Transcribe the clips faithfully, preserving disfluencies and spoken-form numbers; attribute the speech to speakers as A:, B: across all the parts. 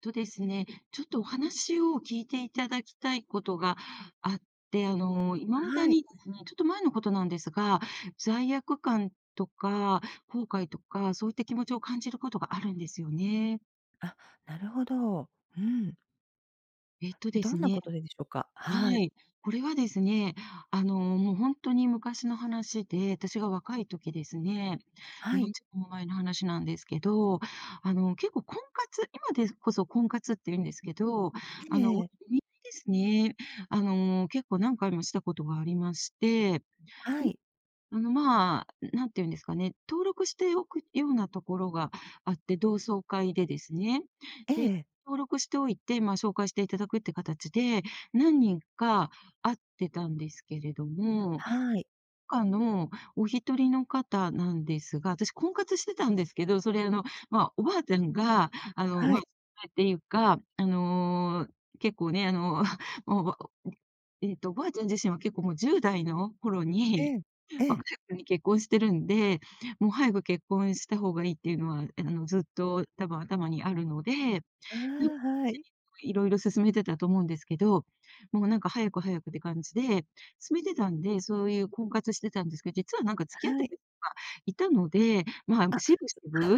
A: とですね、ちょっとお話を聞いていただきたいことがあって、あの、今まで
B: はい。
A: にですね、ちょっと前のことなんですが、罪悪感とか後悔とか、そういった気持ちを感じることがあるんですよね。
B: あ、なるほど。うん。
A: えっとで
B: ど
A: す
B: んな
A: ね
B: ことででしょうか？
A: は
B: はい。
A: い。これはですね、あの、もう本当に昔の話で、私が若い時ですね、
B: は
A: 何
B: い。
A: 十年も前の話なんですけど、あの、結構婚活、今でこそ婚活って言うんですけど、あの、お
B: ええ
A: 見合いですね。あの、結構何回もしたことがありまして、
B: はい。
A: あの、まあ、なんていうんですかね、登録しておくようなところがあって、同窓会でですね。
B: え
A: で、
B: え。
A: 登録しておいて、まあ、紹介していただくって形で、何人か会ってたんですけれども、
B: はい。
A: 他のお一人の方なんですが、私婚活してたんですけど、それあの、まあ、おばあちゃんが、あの、
B: は
A: まあ、
B: い。
A: っていうか、あの、結構ね、あの、もう、おばえっと、おばあちゃん自身は結構もうじゅう代の頃に、
B: ええ。え
A: 若
B: え。
A: い頃に結婚してるんで、もう早く結婚した方がいいっていうのは、え、あの、ずっと多分頭にあるので、でも
B: あ あ、はい。
A: いろいろ進勧めてたと思うんですけど、もうなんか早く早くって感じで、勧めてたんで、そういう婚活してたんですけど、実はなんか付き合っ
B: は
A: て
B: い。
A: た人がいたので、まあ、しぶしぶ、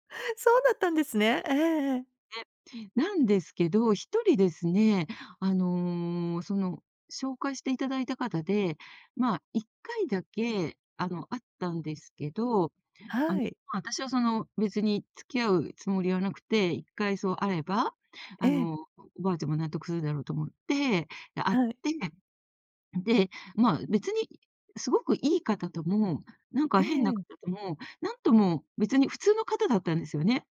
B: そうだったんですね。ええええ。
A: ね、なんですけど、一人ですね、あの、その、紹介していただいた方で、まあ、いっかいだけ、あの、会ったんですけど、あの、
B: はい。
A: ま、私はその、別に付き合うつもりはなくて、一回そう会えば、
B: え
A: あ
B: え。
A: の、おばあちゃんも納得するだろうと思って、で、会っ
B: はい。
A: て、で、まあ、別にすごくいい方とも、なん
B: え
A: か変な方
B: え。
A: とも、なんとも別に普通の方だったんですよね。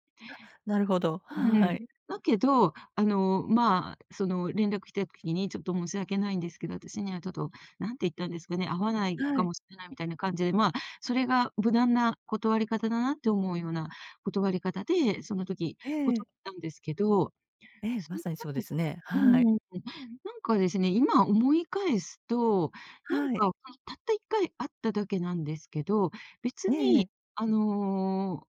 B: なるほど。
A: う
B: は
A: ん。
B: い。
A: だけど、あの、まあ、その連絡来た時に、ちょっと申し訳ないんですけど、私にはちょっと、なんて言ったんですかね、合わない
B: は
A: か
B: い。
A: もしれないみたいな感じで、まあ、それが無難な断り方だなって思うような断り方で、その時
B: ええ。
A: 断ったんですけど、
B: ええ、
A: そ
B: ま
A: の
B: さにそうで
A: 後、
B: すね。
A: うん
B: はい。
A: うん、なんかですね、今思い返すと、なん
B: はい。
A: か、たったいっかい会っただけなんですけど、別
B: ええ
A: に、
B: え。
A: あの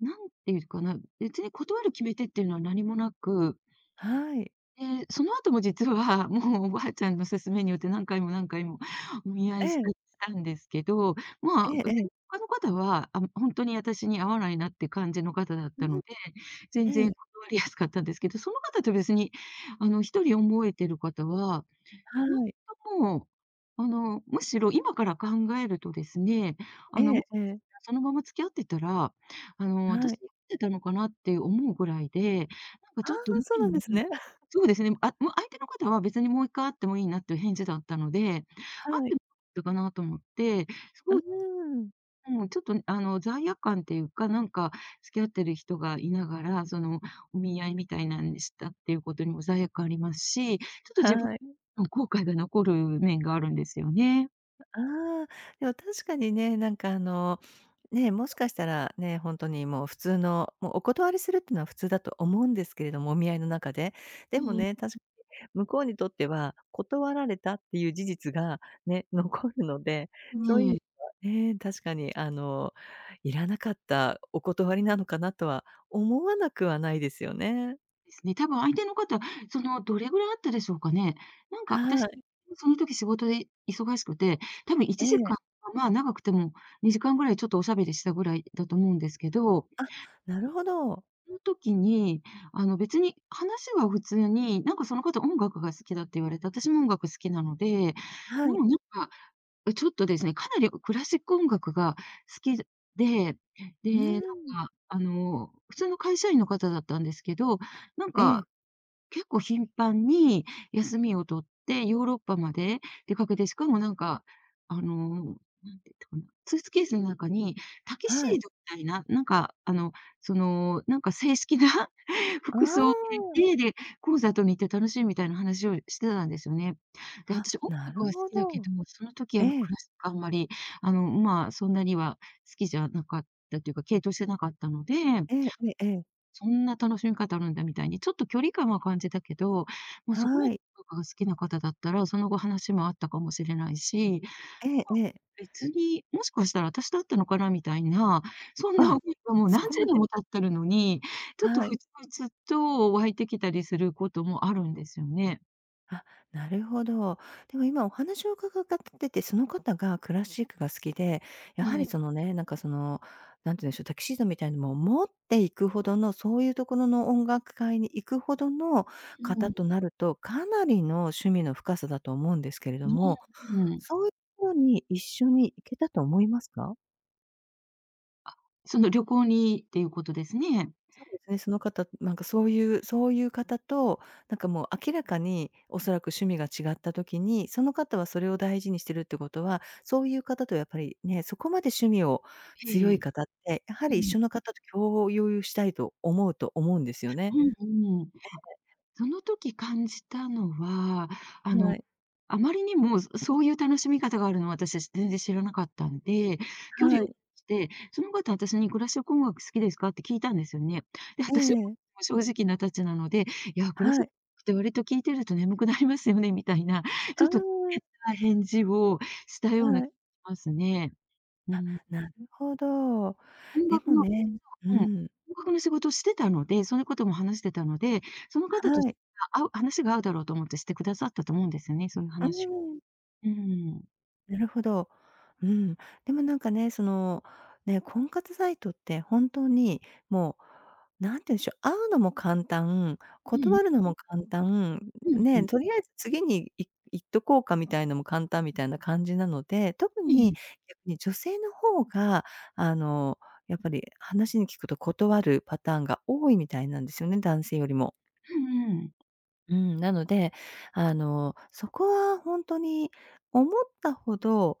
A: なんていうかな、別に断る決め手っていうのは何もなく、
B: はい。
A: で、その後も実は、もうおばあちゃんの勧めによって何回も何回も お見合
B: え
A: いし
B: え。
A: たしたんですけど、ま
B: え
A: あ、
B: ええ
A: 別に
B: え。
A: 他の方は、あ、本当に私に合わないなって感じの方だっ
B: う
A: た
B: ん。
A: ので、全
B: え
A: 然
B: え。
A: 断りやすかったんですけど、その方と別にあの一人思えてる方は、ほん
B: はい。
A: ともう、あの、むしろ今から考えるとですね、
B: え
A: あの、
B: え
A: もし
B: え
A: かし
B: え。
A: たらそのまま付き合ってたら、あの、
B: は
A: 私
B: い。
A: に合ってたのかなって思うぐらいで、なんか
B: ああ、
A: ちょっと無
B: そうな
A: 理
B: んです
A: に、
B: ね。
A: そうですね、あ、もう相手の方は別にもういっかい会ってもいいなっていう返事だったので、会っ
B: はい。
A: てもよかったかなと思って、す
B: うー
A: ごい
B: ん、
A: うん、ちょっとね、あの、罪悪感っていうか、なんか、付き合ってる人がいながら、その、お見合いみたいなんでしたっていうことにも罪悪感ありますし、ちょっと自分
B: はい。
A: の後悔が残る面があるんですよね。
B: ああ、でも確かにね、なんかあの、ね、もしかしたらね、ほんとにもう普通の、もうお断りするってのは普通だと思うんですけれども、お見合いの中で。で
A: え
B: も
A: え。
B: ね、たし向こうにとっては、断られたっていう事実がね、残るので、そういう意
A: え
B: 味
A: え、
B: ではね、確かにあの、いらなかったお断りなのかなとは思わなくはないですよね。
A: ですね。多分相手の方、その、どれぐらいあったでしょうかね。なんか
B: は
A: 私、
B: い。
A: その時仕事で忙しくて、多分
B: え
A: 1
B: え、
A: 時間、まあ、長くてもにじかんぐらいちょっとおしゃべりしたぐらいだと思うんですけど、
B: なるほど。
A: その時に、あの、別に話は普通に、なんかその方音楽が好きだって言われて、私も音楽好きなので、で
B: はい。
A: もなんか、え、ちょっとですね、かなりクラシック音楽が好きで、
B: うー
A: で、なん
B: ん。
A: か、あの、普通の会社員の方だったんですけど、なん
B: ええ、
A: か結構頻繁に休みを取ってヨーロッパまで出かけて、しかもなんか、あの、なんて言ったかな、スーツケースの中にタキシ
B: はい。
A: ードみたいな、なんか、あの、その、なんか正式な
B: あ
A: 服装を着
B: あ、
A: て、で、コンサートに行って楽しいみたいな話をしてたんですよね。で、
B: あ、
A: 私音
B: な
A: 楽は
B: る
A: 好
B: ほ
A: きだけ
B: ど。
A: ど、その時
B: え
A: はク
B: え、
A: ラシックあんまり、あの、まあ、そんなには好きじゃなかったというか、傾倒してなかったので、
B: ええええええ、
A: そんな楽しみ方あるんだみたいに、ちょっと距離感は感じたけど、もうそこ
B: は
A: まで
B: い。
A: 文化が好きな方だったら、その後話もあったかもしれないし、
B: ええ
A: ま、
B: ええ。
A: 別に、もしかしたら私だったのかなみたいな、そんな思い
B: あ、
A: がもう何
B: そこ
A: 十
B: ま
A: 年
B: で、
A: も経ってるのに、ちょっと
B: は
A: ふ
B: い。
A: つふつと湧いてきたりすることもあるんですよね。
B: あ、なるほど。でも今お話を伺ってて、その方がクラシックが好きで、やは
A: え
B: り
A: え、
B: そのね、なんかその、なんて言うんでしょう、タキシードみたいなのも持っていくほどの、そういうところの音楽会に行くほどの
A: う
B: 方
A: ん、
B: となると、かなりの趣味の深さだと思うんですけれど
A: う
B: も、
A: ん、うん。
B: そういうところに一緒に行けたと思いますか？
A: その旅行にっていうことですね。
B: そうですね、その方、なんかそういうそういう方と、なんかもう明らかにおそらく趣味が違った時に、その方はそれを大事にしてるってことは、そういう方とやっぱりね、そこまで趣味を強
A: ええ、
B: い方って、やは
A: う
B: り一
A: ん。
B: 緒の方と共有したいと思うと思うんですよね。
A: うんうん。その時感じたのは、あ
B: は
A: の
B: い。
A: あまりにも、そそういう楽しみ方があるのを私は全然知らなかったんで、距
B: は
A: 離を
B: い。
A: して、その方私にクラシック音楽好きですかって聞いたんですよね。で、
B: え
A: 私は
B: え。
A: 正直なたちなので、いや、クラシ
B: は
A: ック
B: い。
A: って割と聞いてると眠くなりますよねみたいな、ちょっと変
B: あ
A: な返事をした
B: あ
A: ような気
B: はい。
A: がしますね。うん。
B: なるほど。
A: 音
B: で
A: 楽
B: も
A: の、
B: ねう
A: うん、音
B: ん。
A: 楽の仕事をしてたので、そういうことも話してたので、その方と
B: はい。
A: あ合う話が合うだろうと思ってしてくださったと思うんですよね、そういう
B: う
A: 話。
B: ん。
A: うん。
B: なるほど。うん。でもなんかね、その、ね、婚活サイトって本当にもう、なんて言うんでしょう、会うのも簡単、
A: うん。
B: 断るのも簡単、
A: うんう
B: ね、
A: ん。
B: とりあえず次にい行っとこうかみたいのも簡単みたいな感じなので、特に
A: ええ
B: 逆に女性の方が、あの、やっぱり話に聞くと断るパターンが多いみたいなんですよね、男性よりも。
A: うんうん。
B: うん、なので、あの、そこは本当に思ったほど、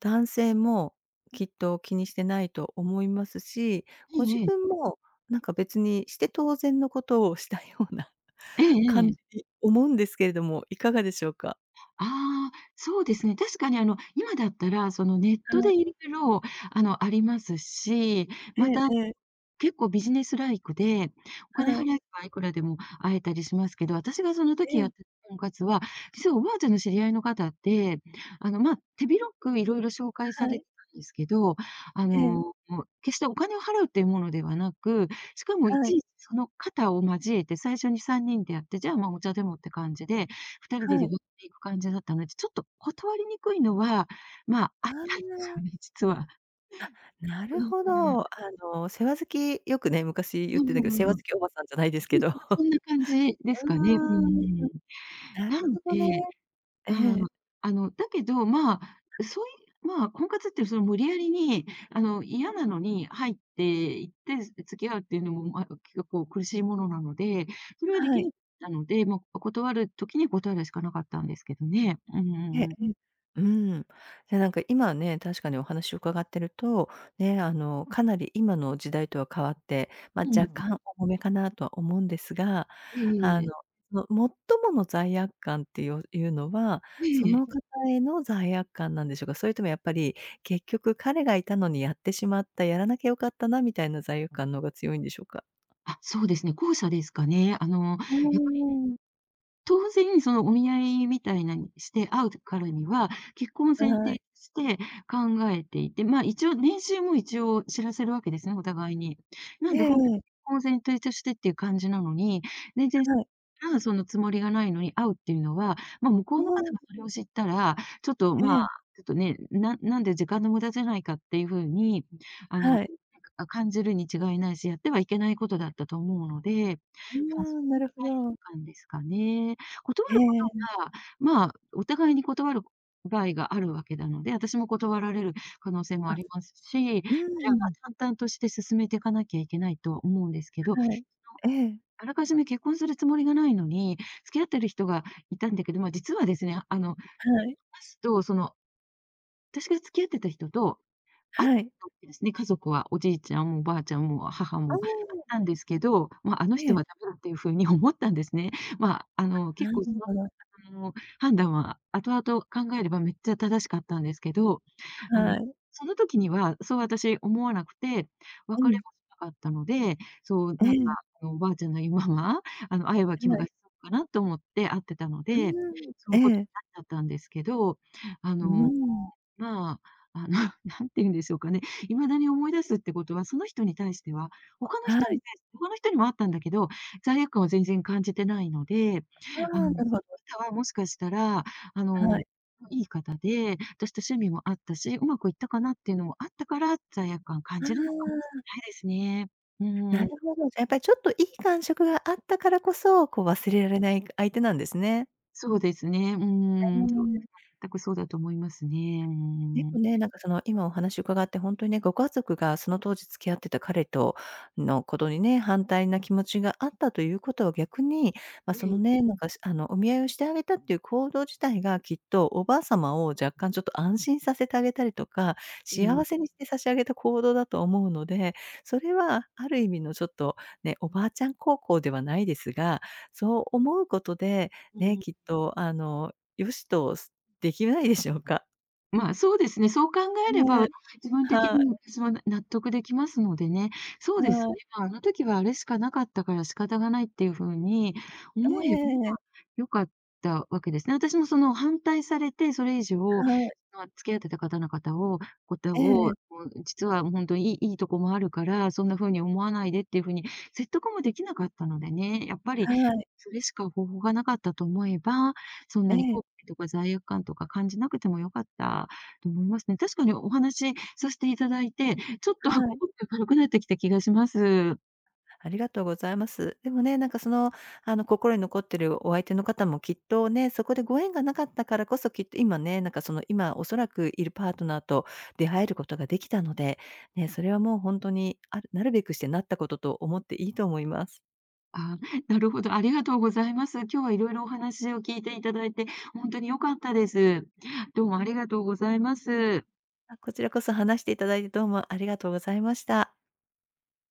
B: 男性もきっと気にしてないと思いますし、
A: え
B: ご自
A: ええ
B: 分
A: え。
B: もなんか別にして当然のことをしたような
A: え ええ
B: 感じ
A: え。
B: に思うんですけれども、いかがでしょうか？
A: ああ、そうですね。確かにあの、今だったら、そのネッ
B: は
A: ト
B: い。
A: でいろいろあの、ありますし、
B: え
A: ま
B: え
A: た
B: ええ。
A: 結構ビジネスライクで、お金
B: はい。
A: 払えばいくらでも会えたりしますけど、私がその
B: え
A: 時やっ
B: え、
A: てた本活は、実はおばあちゃんの知り合いの方って、あの、ま、手広く色々紹介さ
B: は
A: れ
B: い。
A: てたんですけど、あ
B: ええ、
A: の、決してお金を払うっていうものではなく、しかもい
B: は
A: ち
B: い、
A: いちその方を交えて最初にさんにんでやって、じゃあ、ま、お茶でもって感じで、ふたりで
B: は
A: 出
B: い。
A: かけていく感じだったので、ちょっと断りにくいのは、まあ、
B: あ
A: あったんですよ
B: あ、
A: ね、実は。
B: あ、なる
A: うん
B: ほ
A: う
B: ど。あ
A: ん。
B: の、世話好きよくね、昔言っ
A: うん
B: てたけど、
A: う
B: 世
A: ん
B: 話
A: う
B: 好
A: ん。
B: きおばさんじゃないです
A: う
B: け
A: ん、
B: ど。
A: ま、そ んな感じですかね。うんう
B: うーん。
A: ん。
B: な
A: な
B: る
A: ん
B: ほどね。
A: で、
B: え
A: あ
B: え、
A: あ、あの、だけど、まあ、そういうまあ、婚活ってその無理やりに、あの、嫌なのに入っていって、付き合うっていうのも、ま、結構苦しいものなので、それはで
B: は
A: きな
B: い。
A: かったので、もう断る時に断るしかなかったんですけどね。うんうん
B: ええ
A: うん。
B: ええ。うん。じゃ、なんか今ね、確かにお話を伺ってると、ね、あの、かなり今の時代とは変わって、ま、
A: う
B: 若
A: ん。
B: 干重めかなとは思うんですが、
A: え
B: あ
A: ええ
B: の、
A: え。
B: その最もの罪悪感っていういうのは、
A: え
B: そ
A: え。
B: の方への罪悪感なんでしょうか？それともやっぱり、結局彼がいたのにやってしまった、やらなきゃよかったなみたいな罪悪感の方が強いんでしょうか？
A: あ、そうですね、後者ですかね。あの、
B: う
A: え
B: ーん。
A: 当然、そのお見合いみたいなにして会うからには、結婚を前
B: は
A: 提
B: い。
A: として考えていて、まあ、一応年収も一応知らせるわけですね、お互いに。な
B: え
A: んで
B: え
A: ほんとに
B: ええ。
A: 結婚を前提としてっていう感じなのに、全然
B: はい。
A: ああ、そのつもりがないのに会うっていうのは、ま、向こうの
B: う
A: 方
B: ん。
A: がそれを知ったら、ちょっと、
B: え
A: まあ、
B: え。
A: ちょっとね、ななんで時間の無駄じゃないかっていう風に、あの、
B: はい。
A: あ感じるに違いないし、やってはいけないことだったと思うので、ま
B: あ
A: あ、そ
B: あ、
A: こ
B: な
A: の罪
B: るほど。
A: 悪感ですかね。断
B: え
A: るこ
B: え
A: とが、まあ、お互いに断る場合があるわけなので、私も断られる可能性も
B: あ、
A: ありますし、それは
B: うーん、
A: 淡々として進めていかなきゃいけないと思うんですけど、
B: はい。ええ、
A: あらかじめ結婚するつもりがないのに、付き合ってる人がいたんだけど、まあ、実はですね、あの、
B: はい、
A: 話すと、その、私が付き合ってた人とあった
B: はい。
A: わけですね、家族は、おじいちゃんもおばあちゃんも母
B: あ
A: もあっ
B: あ、
A: たんですけど、まあ、あの
B: え
A: 人
B: え、
A: はダメだっていう風に思ったんですね。まあ、あの、
B: な
A: 結
B: る
A: 構その
B: ほど。
A: あの判断は後々考えればめっちゃ正しかったんですけど、あの、
B: はい。
A: その時にはそう私思わなくて、
B: う
A: 別れ
B: ん。
A: もしなかったので、そう、
B: え
A: なんか、
B: え、
A: あの、おばあちゃんの言うまま、あの、会えば気
B: は
A: 分が
B: い。
A: 潜むかなと思って会ってたの
B: う
A: で、
B: ーん、
A: そうい
B: え
A: うことに
B: え、
A: なっちゃったんですけど、あ
B: うー
A: の
B: ん、
A: まあ、あの、なんていうんでしょうかね、未だに思い出すってことは、その人に対しては、他の
B: は
A: 人に
B: い。
A: 対して他の人にもあったんだけど、罪悪感を全然感じてないので、
B: あ
A: あの、
B: あ、なるほど。
A: その方はもしかしたら、あ
B: は
A: の、
B: い。
A: いい方で、私と趣味もあったし、うまくいったかなっていうのもあったから、罪悪感感
B: あ
A: じるのかもし
B: あ、
A: れないですね。
B: な
A: う
B: る
A: ん、
B: ほど。じゃ、やっぱりちょっといい感触があったからこそ、こう忘れられない相手なんですね。
A: そうですね。う
B: え
A: ん、全
B: え。
A: くそうだと思いますね。う
B: で
A: ん。
B: すね、なんかその今お話伺って本当にね、ご家族がその当時付き合ってた彼とのことにね、反対な気持ちがあったということは逆に、まあ、
A: え
B: その
A: え、
B: ね、なんか、しあの、お見合いをしてあげたっていう行動自体がきっとおばあ様を若干ちょっと安心させてあげたりとか、
A: え
B: 幸
A: え。
B: せにして差し上げた行動だと思うので、それはある意味のちょっとね、おばあちゃん孝行ではないですが、そう思うことで、
A: う
B: ね、
A: んう
B: き
A: ん。
B: っとあの、よしとできないでしょうか。
A: まあ、そうですね。そう考 えれば、
B: ね。え。
A: 自分的
B: は
A: に
B: い、
A: も私はな納得できますのでね。そうで
B: は
A: す
B: い、
A: ね。まあ、あの時はあれしかなかったから仕方がないっていう風に
B: え
A: 思えば
B: え、
A: 良かったわけですね。私もその反対されて、それ以上、
B: はい、
A: まあ、付き合ってた方の方をこと
B: え
A: を、
B: え、
A: もう実は本当にいいいいとこもあるから、そんな風に思わないでっていう風に説得もできなかったのでね。やっぱり
B: はい、
A: それしか方法がなかったと思えば、そん
B: え
A: なに
B: え、
A: 後悔とか罪悪感とか感じなくても良かったと思いますね。確かにお話しさせていただいて、ちょっとは
B: はい。
A: 心が軽くなってきた気がします。
B: ありがとうございます。でもね、なんかその、あの、心に残ってるお相手の方もきっとね、そこでご縁がなかったからこそ、きっと今ね、なんかその、今おそらくいるパートナーと出会えることができたので、ね、それはもう本当に、あるなるべくしてなったことと思っていいと思います。
A: あ、なるほど、ありがとうございます。今日はいろいろお話を聞いていただいて、本当に良かったです。どうもありがとうございます。
B: あ、こちらこそ話していただいてどうもありがとうございました。